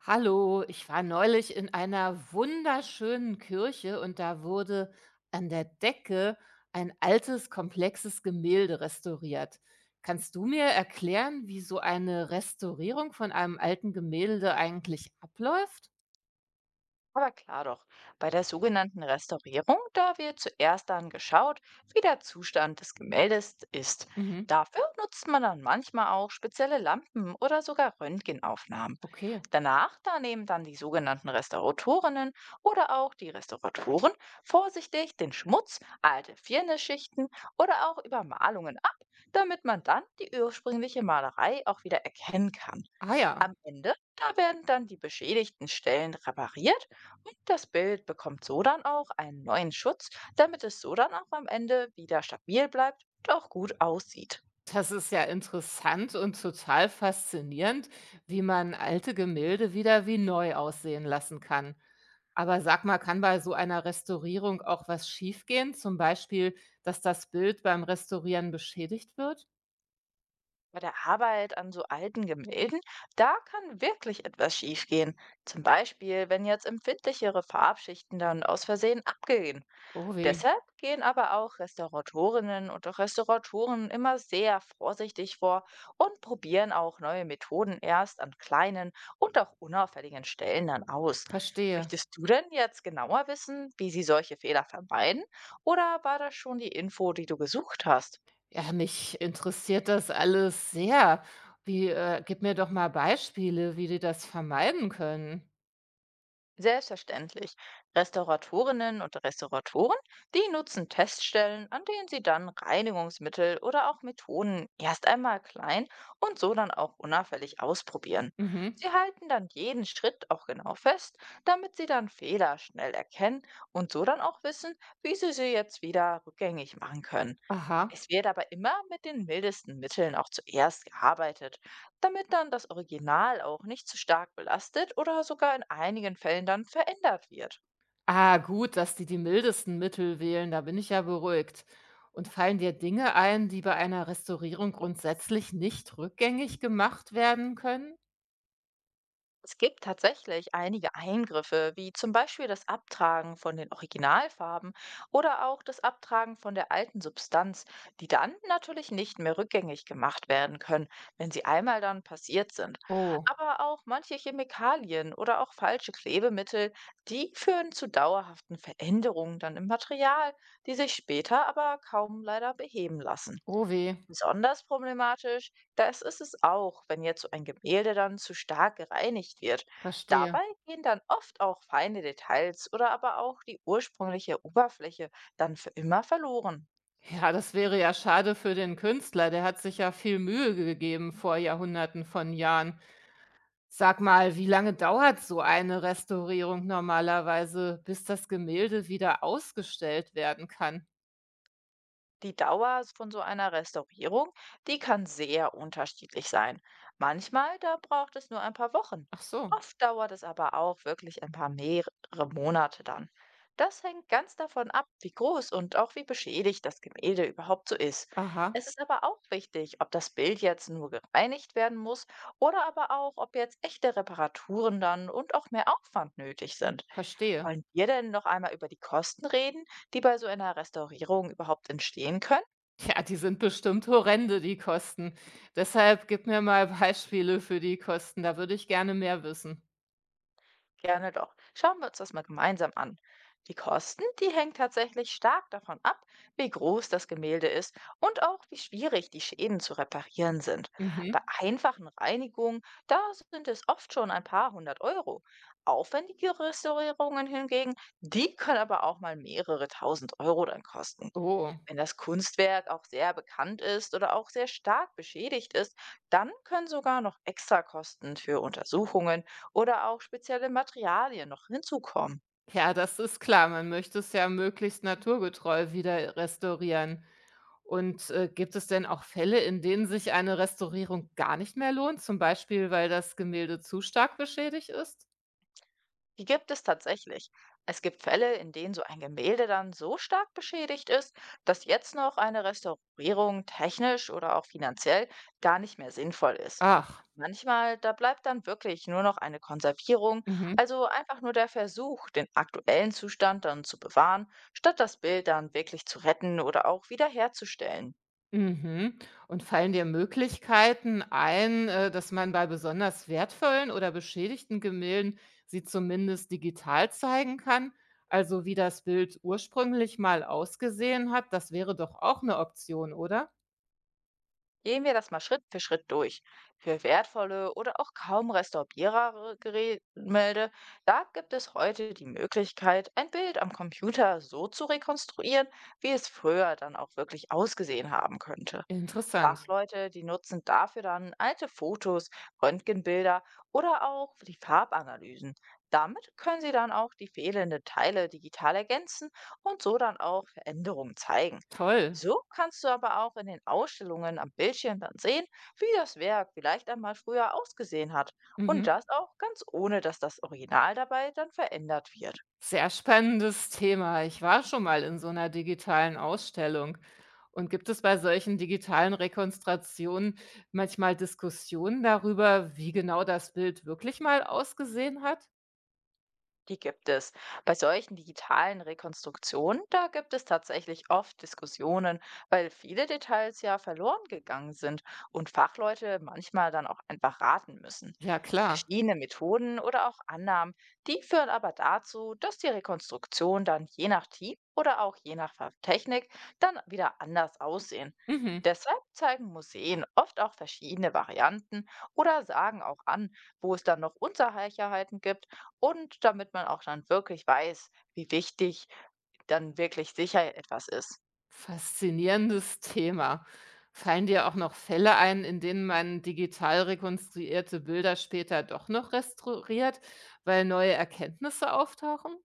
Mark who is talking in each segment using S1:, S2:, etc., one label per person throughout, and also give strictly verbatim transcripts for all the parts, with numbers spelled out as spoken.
S1: Hallo, ich war neulich in einer wunderschönen Kirche und da wurde an der Decke ein altes, komplexes Gemälde restauriert. Kannst du mir erklären, wie so eine Restaurierung von einem alten Gemälde eigentlich abläuft?
S2: Aber klar doch, bei der sogenannten Restaurierung, da wird zuerst dann geschaut, wie der Zustand des Gemäldes ist.
S1: Mhm,
S2: Dafür nutzt man dann manchmal auch spezielle Lampen oder sogar Röntgenaufnahmen.
S1: okay.
S2: Danach, da nehmen dann die sogenannten Restauratorinnen oder auch die Restauratoren vorsichtig den Schmutz, alte Firnisschichten oder auch Übermalungen ab, damit man dann die ursprüngliche Malerei auch wieder erkennen kann.
S1: Ah ja.
S2: Am Ende, da werden dann die beschädigten Stellen repariert und das Bild bekommt so dann auch einen neuen Schutz, damit es so dann auch am Ende wieder stabil bleibt und auch gut aussieht.
S1: Das ist ja interessant und total faszinierend, wie man alte Gemälde wieder wie neu aussehen lassen kann. Aber sag mal, kann bei so einer Restaurierung auch was schiefgehen? Zum Beispiel, dass das Bild beim Restaurieren beschädigt wird?
S2: Bei der Arbeit an so alten Gemälden, da kann wirklich etwas schiefgehen. Zum Beispiel, wenn jetzt empfindlichere Farbschichten dann aus Versehen abgehen.
S1: Oh weh,
S2: Deshalb gehen aber auch Restauratorinnen und auch Restauratoren immer sehr vorsichtig vor und probieren auch neue Methoden erst an kleinen und auch unauffälligen Stellen dann aus.
S1: verstehe.
S2: Möchtest du denn jetzt genauer wissen, wie sie solche Fehler vermeiden? Oder war das schon die Info, die du gesucht hast?
S1: Ja, mich interessiert das alles sehr. Wie, äh, gib mir doch mal Beispiele, wie die das vermeiden können.
S2: Selbstverständlich. Restauratorinnen und Restauratoren, die nutzen Teststellen, an denen sie dann Reinigungsmittel oder auch Methoden erst einmal klein und so dann auch unauffällig ausprobieren.
S1: Mhm.
S2: Sie halten dann jeden Schritt auch genau fest, damit sie dann Fehler schnell erkennen und so dann auch wissen, wie sie sie jetzt wieder rückgängig machen können.
S1: Aha.
S2: Es wird aber immer mit den mildesten Mitteln auch zuerst gearbeitet, damit dann das Original auch nicht zu stark belastet oder sogar in einigen Fällen dann verändert wird.
S1: Ah, gut, dass die die mildesten Mittel wählen, da bin ich ja beruhigt. Und fallen dir Dinge ein, die bei einer Restaurierung grundsätzlich nicht rückgängig gemacht werden können?
S2: Es gibt tatsächlich einige Eingriffe, wie zum Beispiel das Abtragen von den Originalfarben oder auch das Abtragen von der alten Substanz, die dann natürlich nicht mehr rückgängig gemacht werden können, wenn sie einmal dann passiert sind.
S1: Oh,
S2: Aber auch manche Chemikalien oder auch falsche Klebemittel, die führen zu dauerhaften Veränderungen dann im Material, die sich später aber kaum leider beheben lassen.
S1: oh weh,
S2: Besonders problematisch, das ist es auch, wenn jetzt so ein Gemälde dann zu stark gereinigt wird.
S1: verstehe.
S2: Dabei gehen dann oft auch feine Details oder aber auch die ursprüngliche Oberfläche dann für immer verloren.
S1: Ja, das wäre ja schade für den Künstler, der hat sich ja viel Mühe gegeben vor Jahrhunderten von Jahren. Sag mal, wie lange dauert so eine Restaurierung normalerweise, bis das Gemälde wieder ausgestellt werden kann?
S2: Die Dauer von so einer Restaurierung, die kann sehr unterschiedlich sein. Manchmal, da braucht es nur ein paar Wochen.
S1: Ach so,
S2: Oft dauert es aber auch wirklich ein paar mehrere Monate dann. Das hängt ganz davon ab, wie groß und auch wie beschädigt das Gemälde überhaupt so ist.
S1: aha,
S2: Es ist aber auch wichtig, ob das Bild jetzt nur gereinigt werden muss oder aber auch, ob jetzt echte Reparaturen dann und auch mehr Aufwand nötig sind.
S1: verstehe.
S2: Wollen wir denn noch einmal über die Kosten reden, die bei so einer Restaurierung überhaupt entstehen können?
S1: Ja, die sind bestimmt horrende, die Kosten. Deshalb gib mir mal Beispiele für die Kosten, da würde ich gerne mehr wissen.
S2: Gerne doch. Schauen wir uns das mal gemeinsam an. Die Kosten, die hängen tatsächlich stark davon ab, wie groß das Gemälde ist und auch wie schwierig die Schäden zu reparieren sind. Bei
S1: Mhm.
S2: einfachen Reinigungen, da sind es oft schon ein paar hundert Euro. Aufwendige Restaurierungen hingegen, die können aber auch mal mehrere tausend Euro dann kosten.
S1: Oh.
S2: Wenn das Kunstwerk auch sehr bekannt ist oder auch sehr stark beschädigt ist, dann können sogar noch Extrakosten für Untersuchungen oder auch spezielle Materialien noch hinzukommen.
S1: Ja, das ist klar. Man möchte es ja möglichst naturgetreu wieder restaurieren. Und, äh, gibt es denn auch Fälle, in denen sich eine Restaurierung gar nicht mehr lohnt, zum Beispiel, weil das Gemälde zu stark beschädigt ist?
S2: Die gibt es tatsächlich. Es gibt Fälle, in denen so ein Gemälde dann so stark beschädigt ist, dass jetzt noch eine Restaurierung technisch oder auch finanziell gar nicht mehr sinnvoll ist.
S1: Ach,
S2: Manchmal, da bleibt dann wirklich nur noch eine Konservierung,
S1: mhm.
S2: also einfach nur der Versuch, den aktuellen Zustand dann zu bewahren, statt das Bild dann wirklich zu retten oder auch wiederherzustellen.
S1: Mhm. Und fallen dir Möglichkeiten ein, äh, dass man bei besonders wertvollen oder beschädigten Gemälden sie zumindest digital zeigen kann? Also wie das Bild ursprünglich mal ausgesehen hat, das wäre doch auch eine Option, oder?
S2: Gehen wir das mal Schritt für Schritt durch. Für wertvolle oder auch kaum restaurierbare Gemälde, da gibt es heute die Möglichkeit, ein Bild am Computer so zu rekonstruieren, wie es früher dann auch wirklich ausgesehen haben könnte.
S1: Interessant.
S2: Fachleute, die nutzen dafür dann alte Fotos, Röntgenbilder oder auch die Farbanalysen. Damit können sie dann auch die fehlenden Teile digital ergänzen und so dann auch Veränderungen zeigen.
S1: Toll.
S2: So kannst du aber auch in den Ausstellungen am Bildschirm dann sehen, wie das Werk vielleicht einmal früher ausgesehen hat.
S1: Mhm.
S2: Und das auch ganz ohne, dass das Original dabei dann verändert wird.
S1: Sehr spannendes Thema. Ich war schon mal in so einer digitalen Ausstellung. Und gibt es bei solchen digitalen Rekonstruktionen manchmal Diskussionen darüber, wie genau das Bild wirklich mal ausgesehen hat?
S2: Die gibt es. Bei solchen digitalen Rekonstruktionen, da gibt es tatsächlich oft Diskussionen, weil viele Details ja verloren gegangen sind und Fachleute manchmal dann auch einfach raten müssen.
S1: Ja, klar.
S2: Verschiedene Methoden oder auch Annahmen, die führen aber dazu, dass die Rekonstruktion dann je nach Team oder auch je nach Ver- Technik dann wieder anders aussehen.
S1: Mhm.
S2: Deshalb zeigen Museen oft auch verschiedene Varianten oder sagen auch an, wo es dann noch Unsicherheiten gibt und damit man auch dann wirklich weiß, wie wichtig dann wirklich sicher etwas ist.
S1: Faszinierendes Thema. Fallen dir auch noch Fälle ein, in denen man digital rekonstruierte Bilder später doch noch restauriert, weil neue Erkenntnisse auftauchen?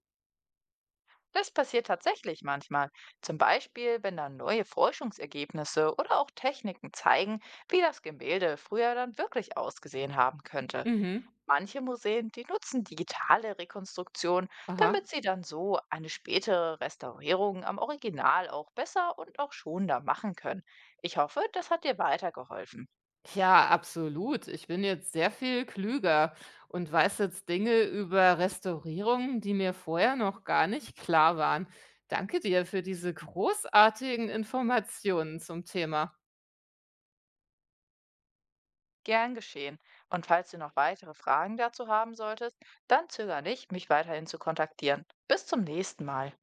S2: Das passiert tatsächlich manchmal. Zum Beispiel, wenn dann neue Forschungsergebnisse oder auch Techniken zeigen, wie das Gemälde früher dann wirklich ausgesehen haben könnte.
S1: Mhm.
S2: Manche Museen, die nutzen digitale Rekonstruktion,
S1: Aha.
S2: damit sie dann so eine spätere Restaurierung am Original auch besser und auch schonender machen können. Ich hoffe, das hat dir weitergeholfen.
S1: Ja, absolut. Ich bin jetzt sehr viel klüger und weiß jetzt Dinge über Restaurierungen, die mir vorher noch gar nicht klar waren. Danke dir für diese großartigen Informationen zum Thema.
S2: Gern geschehen. Und falls du noch weitere Fragen dazu haben solltest, dann zögere nicht, mich weiterhin zu kontaktieren. Bis zum nächsten Mal.